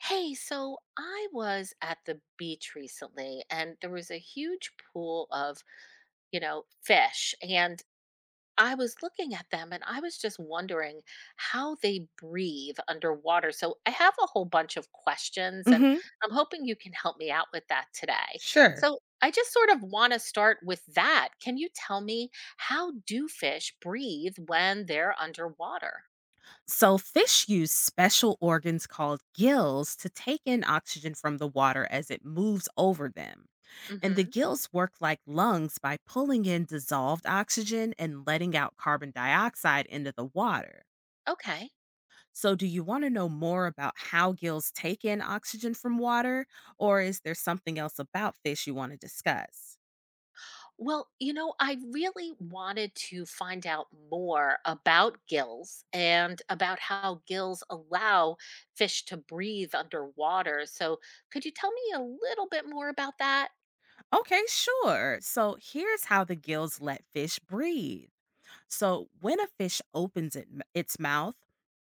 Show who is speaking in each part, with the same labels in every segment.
Speaker 1: Hey, so I was at the beach recently and there was a huge pool of, fish. And I was looking at them and I was just wondering how they breathe underwater. So I have a whole bunch of questions and
Speaker 2: Hmm.
Speaker 1: I'm hoping you can help me out with that today.
Speaker 2: Sure.
Speaker 1: So I just sort of want to start with that. Can you tell me, how do fish breathe when they're underwater?
Speaker 2: So, fish use special organs called gills to take in oxygen from the water as it moves over them. And the
Speaker 1: Mhm.
Speaker 2: gills work like lungs by pulling in dissolved oxygen and letting out carbon dioxide into the water.
Speaker 1: Okay.
Speaker 2: So, do you want to know more about how gills take in oxygen from water, or is there something else about fish you want to discuss?
Speaker 1: Well, I really wanted to find out more about gills and about how gills allow fish to breathe underwater. So, could you tell me a little bit more about that?
Speaker 2: Okay, sure. So, here's how the gills let fish breathe. So when a fish opens its mouth,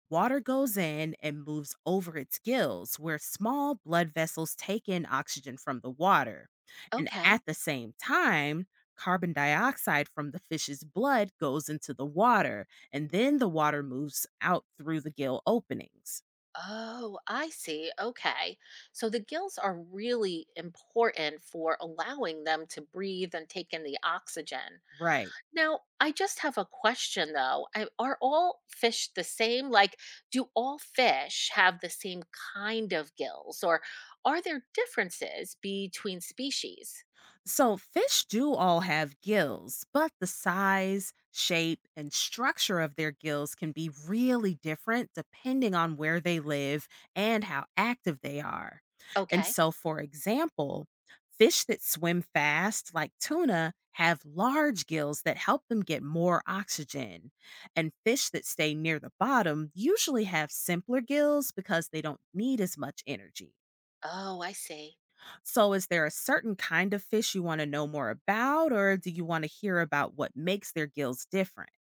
Speaker 2: water goes in and moves over its gills, where small blood vessels take in oxygen from the water. And
Speaker 1: Okay.
Speaker 2: at the same time, carbon dioxide from the fish's blood goes into the water, and then the water moves out through the gill openings.
Speaker 1: Oh, I see. Okay. So, the gills are really important for allowing them to breathe and take in the oxygen.
Speaker 2: Right.
Speaker 1: Now, I just have a question though. Are all fish the same? Like, do all fish have the same kind of gills, or are there differences between species?
Speaker 2: So, fish do all have gills, but the size, shape, and structure of their gills can be really different depending on where they live and how active they are. And
Speaker 1: Okay.
Speaker 2: so, for example, fish that swim fast, like tuna, have large gills that help them get more oxygen. And fish that stay near the bottom usually have simpler gills because they don't need as much energy.
Speaker 1: Oh, I see.
Speaker 2: So, is there a certain kind of fish you want to know more about, or do you want to hear about what makes their gills different?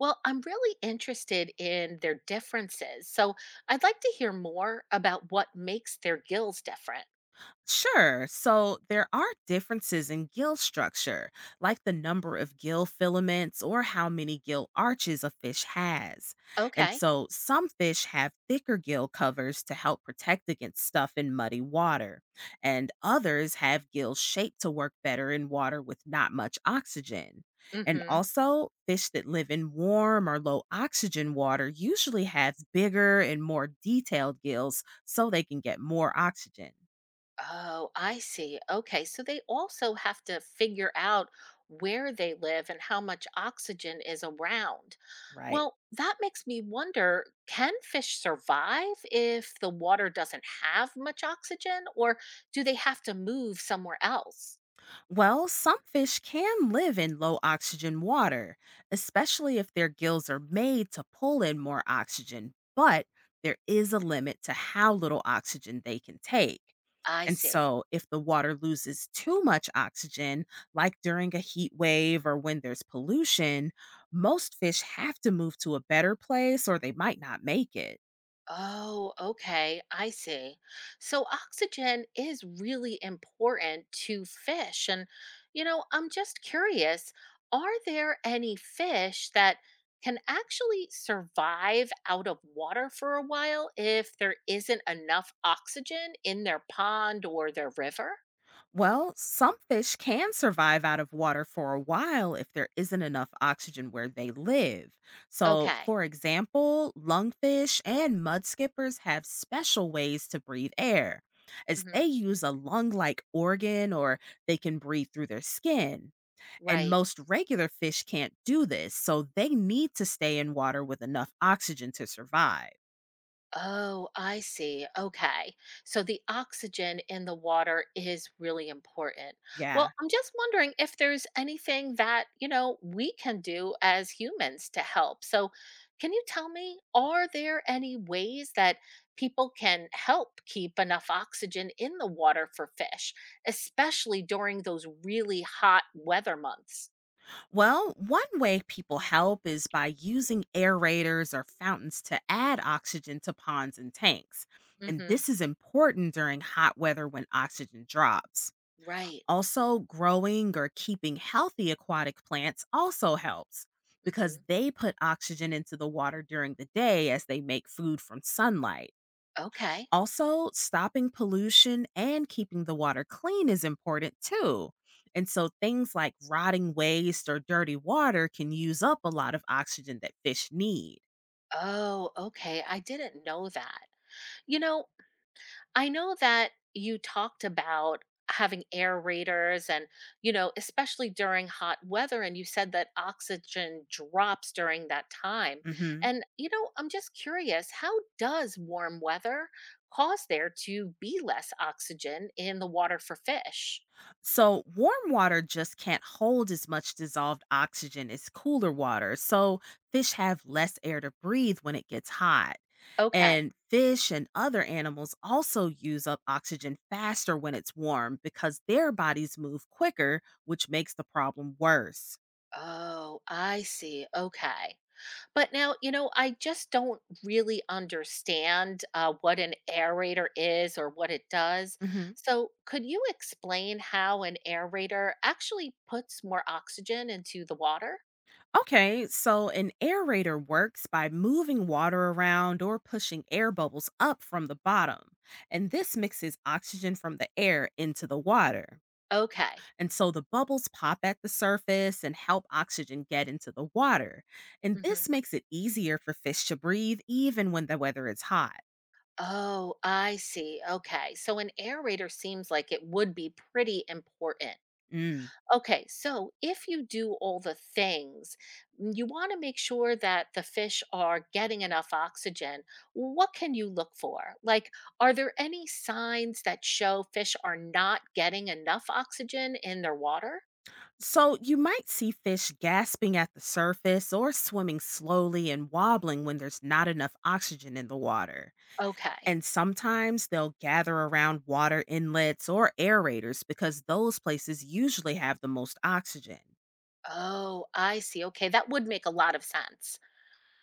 Speaker 1: Well, I'm really interested in their differences. So I'd like to hear more about what makes their gills different.
Speaker 2: Sure. So there are differences in gill structure, like the number of gill filaments or how many gill arches a fish has. And
Speaker 1: Okay.
Speaker 2: so some fish have thicker gill covers to help protect against stuff in muddy water, and others have gills shaped to work better in water with not much oxygen.
Speaker 1: Mm
Speaker 2: And
Speaker 1: hmm.
Speaker 2: also, fish that live in warm or low oxygen water usually have bigger and more detailed gills so they can get more oxygen.
Speaker 1: Oh, I see. Okay. So they also have to figure out where they live and how much oxygen is around.
Speaker 2: Right.
Speaker 1: Well, that makes me wonder, can fish survive if the water doesn't have much oxygen, or do they have to move somewhere else?
Speaker 2: Well, some fish can live in low oxygen water, especially if their gills are made to pull in more oxygen, but there is a limit to how little oxygen they can take.
Speaker 1: I
Speaker 2: And
Speaker 1: see.
Speaker 2: so, if the water loses too much oxygen, like during a heat wave or when there's pollution, most fish have to move to a better place or they might not make it.
Speaker 1: Oh, okay. I see. So oxygen is really important to fish. And, I'm just curious, are there any fish that can actually survive out of water for a while if there isn't enough oxygen in their pond or their river?
Speaker 2: Well, some fish can survive out of water for a while if there isn't enough oxygen where they live. So,
Speaker 1: Okay.
Speaker 2: for example, lungfish and mudskippers have special ways to breathe air, as
Speaker 1: Hmm.
Speaker 2: they use a lung like organ or they can breathe through their skin. And
Speaker 1: Right.
Speaker 2: most regular fish can't do this, so they need to stay in water with enough oxygen to survive.
Speaker 1: Oh, I see. Okay. So the oxygen in the water is really important.
Speaker 2: Yeah.
Speaker 1: Well, I'm just wondering if there's anything that, we can do as humans to help. So, can you tell me, are there any ways that people can help keep enough oxygen in the water for fish, especially during those really hot weather months?
Speaker 2: Well, one way people help is by using aerators or fountains to add oxygen to ponds and tanks. And
Speaker 1: Mhm.
Speaker 2: this is important during hot weather when oxygen drops.
Speaker 1: Right.
Speaker 2: Also, growing or keeping healthy aquatic plants also helps because
Speaker 1: Mhm.
Speaker 2: they put oxygen into the water during the day as they make food from sunlight.
Speaker 1: Okay.
Speaker 2: Also, stopping pollution and keeping the water clean is important too. And so, things like rotting waste or dirty water can use up a lot of oxygen that fish need.
Speaker 1: Oh, okay. I didn't know that. You know, I know that you talked about having aerators and, especially during hot weather. And you said that oxygen drops during that time.
Speaker 2: Mhm.
Speaker 1: And, I'm just curious, how does warm weather cause there to be less oxygen in the water for fish?
Speaker 2: So, warm water just can't hold as much dissolved oxygen as cooler water. So, fish have less air to breathe when it gets hot.
Speaker 1: Okay.
Speaker 2: And fish and other animals also use up oxygen faster when it's warm because their bodies move quicker, which makes the problem worse.
Speaker 1: Oh, I see. Okay. But now, I just don't really understand what an aerator is or what it does.
Speaker 2: Hmm.
Speaker 1: So, could you explain how an aerator actually puts more oxygen into the water?
Speaker 2: Okay, so an aerator works by moving water around or pushing air bubbles up from the bottom. And this mixes oxygen from the air into the water.
Speaker 1: Okay.
Speaker 2: And so the bubbles pop at the surface and help oxygen get into the water. And
Speaker 1: Hmm.
Speaker 2: this makes it easier for fish to breathe even when the weather is hot.
Speaker 1: Oh, I see. Okay. So, an aerator seems like it would be pretty important.
Speaker 2: Mm.
Speaker 1: Okay, so if you do all the things, you want to make sure that the fish are getting enough oxygen. What can you look for? Like, are there any signs that show fish are not getting enough oxygen in their water?
Speaker 2: So you might see fish gasping at the surface or swimming slowly and wobbling when there's not enough oxygen in the water.
Speaker 1: Okay.
Speaker 2: And sometimes they'll gather around water inlets or aerators because those places usually have the most oxygen.
Speaker 1: Oh, I see. Okay, that would make a lot of sense.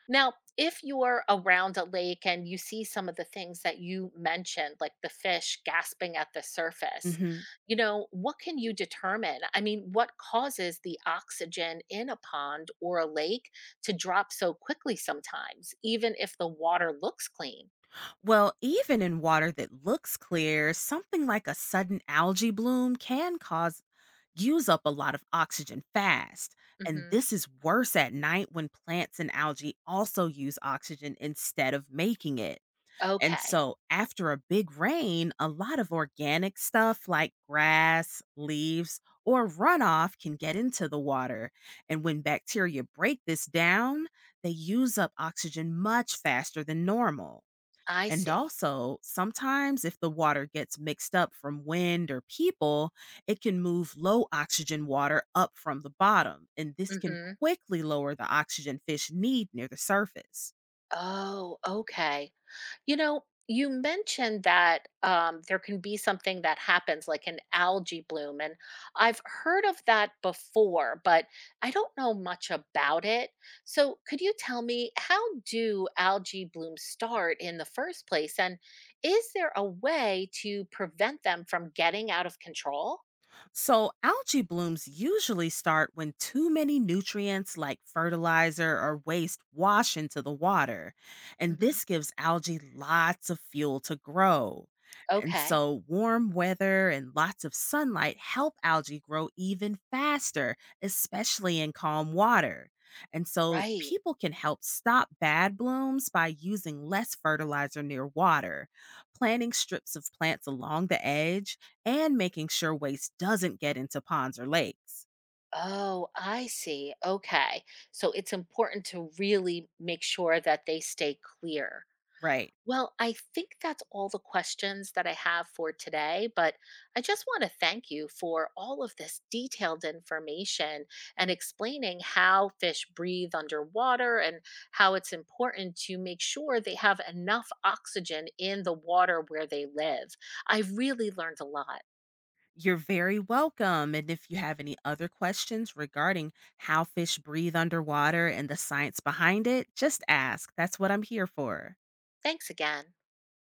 Speaker 1: Now, if you're around a lake and you see some of the things that you mentioned, like the fish gasping at the surface,
Speaker 2: Hmm.
Speaker 1: what can you determine? I mean, what causes the oxygen in a pond or a lake to drop so quickly sometimes, even if the water looks clean?
Speaker 2: Well, even in water that looks clear, something like a sudden algae bloom can cause use up a lot of oxygen fast. And
Speaker 1: Hmm.
Speaker 2: this is worse at night when plants and algae also use oxygen instead of making it. And
Speaker 1: Okay,
Speaker 2: so after a big rain, a lot of organic stuff like grass, leaves, or runoff can get into the water. And when bacteria break this down, they use up oxygen much faster than normal.
Speaker 1: I
Speaker 2: And
Speaker 1: see.
Speaker 2: also, sometimes if the water gets mixed up from wind or people, it can move low oxygen water up from the bottom. And this can
Speaker 1: Hmm.
Speaker 2: quickly lower the oxygen fish need near the surface.
Speaker 1: Oh, okay. You know, you mentioned that there can be something that happens like an algae bloom, and I've heard of that before, but I don't know much about it. So, could you tell me, how do algae blooms start in the first place, and is there a way to prevent them from getting out of control?
Speaker 2: So, algae blooms usually start when too many nutrients like fertilizer or waste wash into the water. And
Speaker 1: Hmm.
Speaker 2: this gives algae lots of fuel to grow. And
Speaker 1: Okay,
Speaker 2: so, warm weather and lots of sunlight help algae grow even faster, especially in calm water. And so,
Speaker 1: right.
Speaker 2: people can help stop bad blooms by using less fertilizer near water, planting strips of plants along the edge and making sure waste doesn't get into ponds or lakes.
Speaker 1: Oh, I see. Okay. So it's important to really make sure that they stay clear.
Speaker 2: Right.
Speaker 1: Well, I think that's all the questions that I have for today, but I just want to thank you for all of this detailed information and explaining how fish breathe underwater and how it's important to make sure they have enough oxygen in the water where they live. I really learned a lot.
Speaker 2: You're very welcome. And if you have any other questions regarding how fish breathe underwater and the science behind it, just ask. That's what I'm here for.
Speaker 1: Thanks again.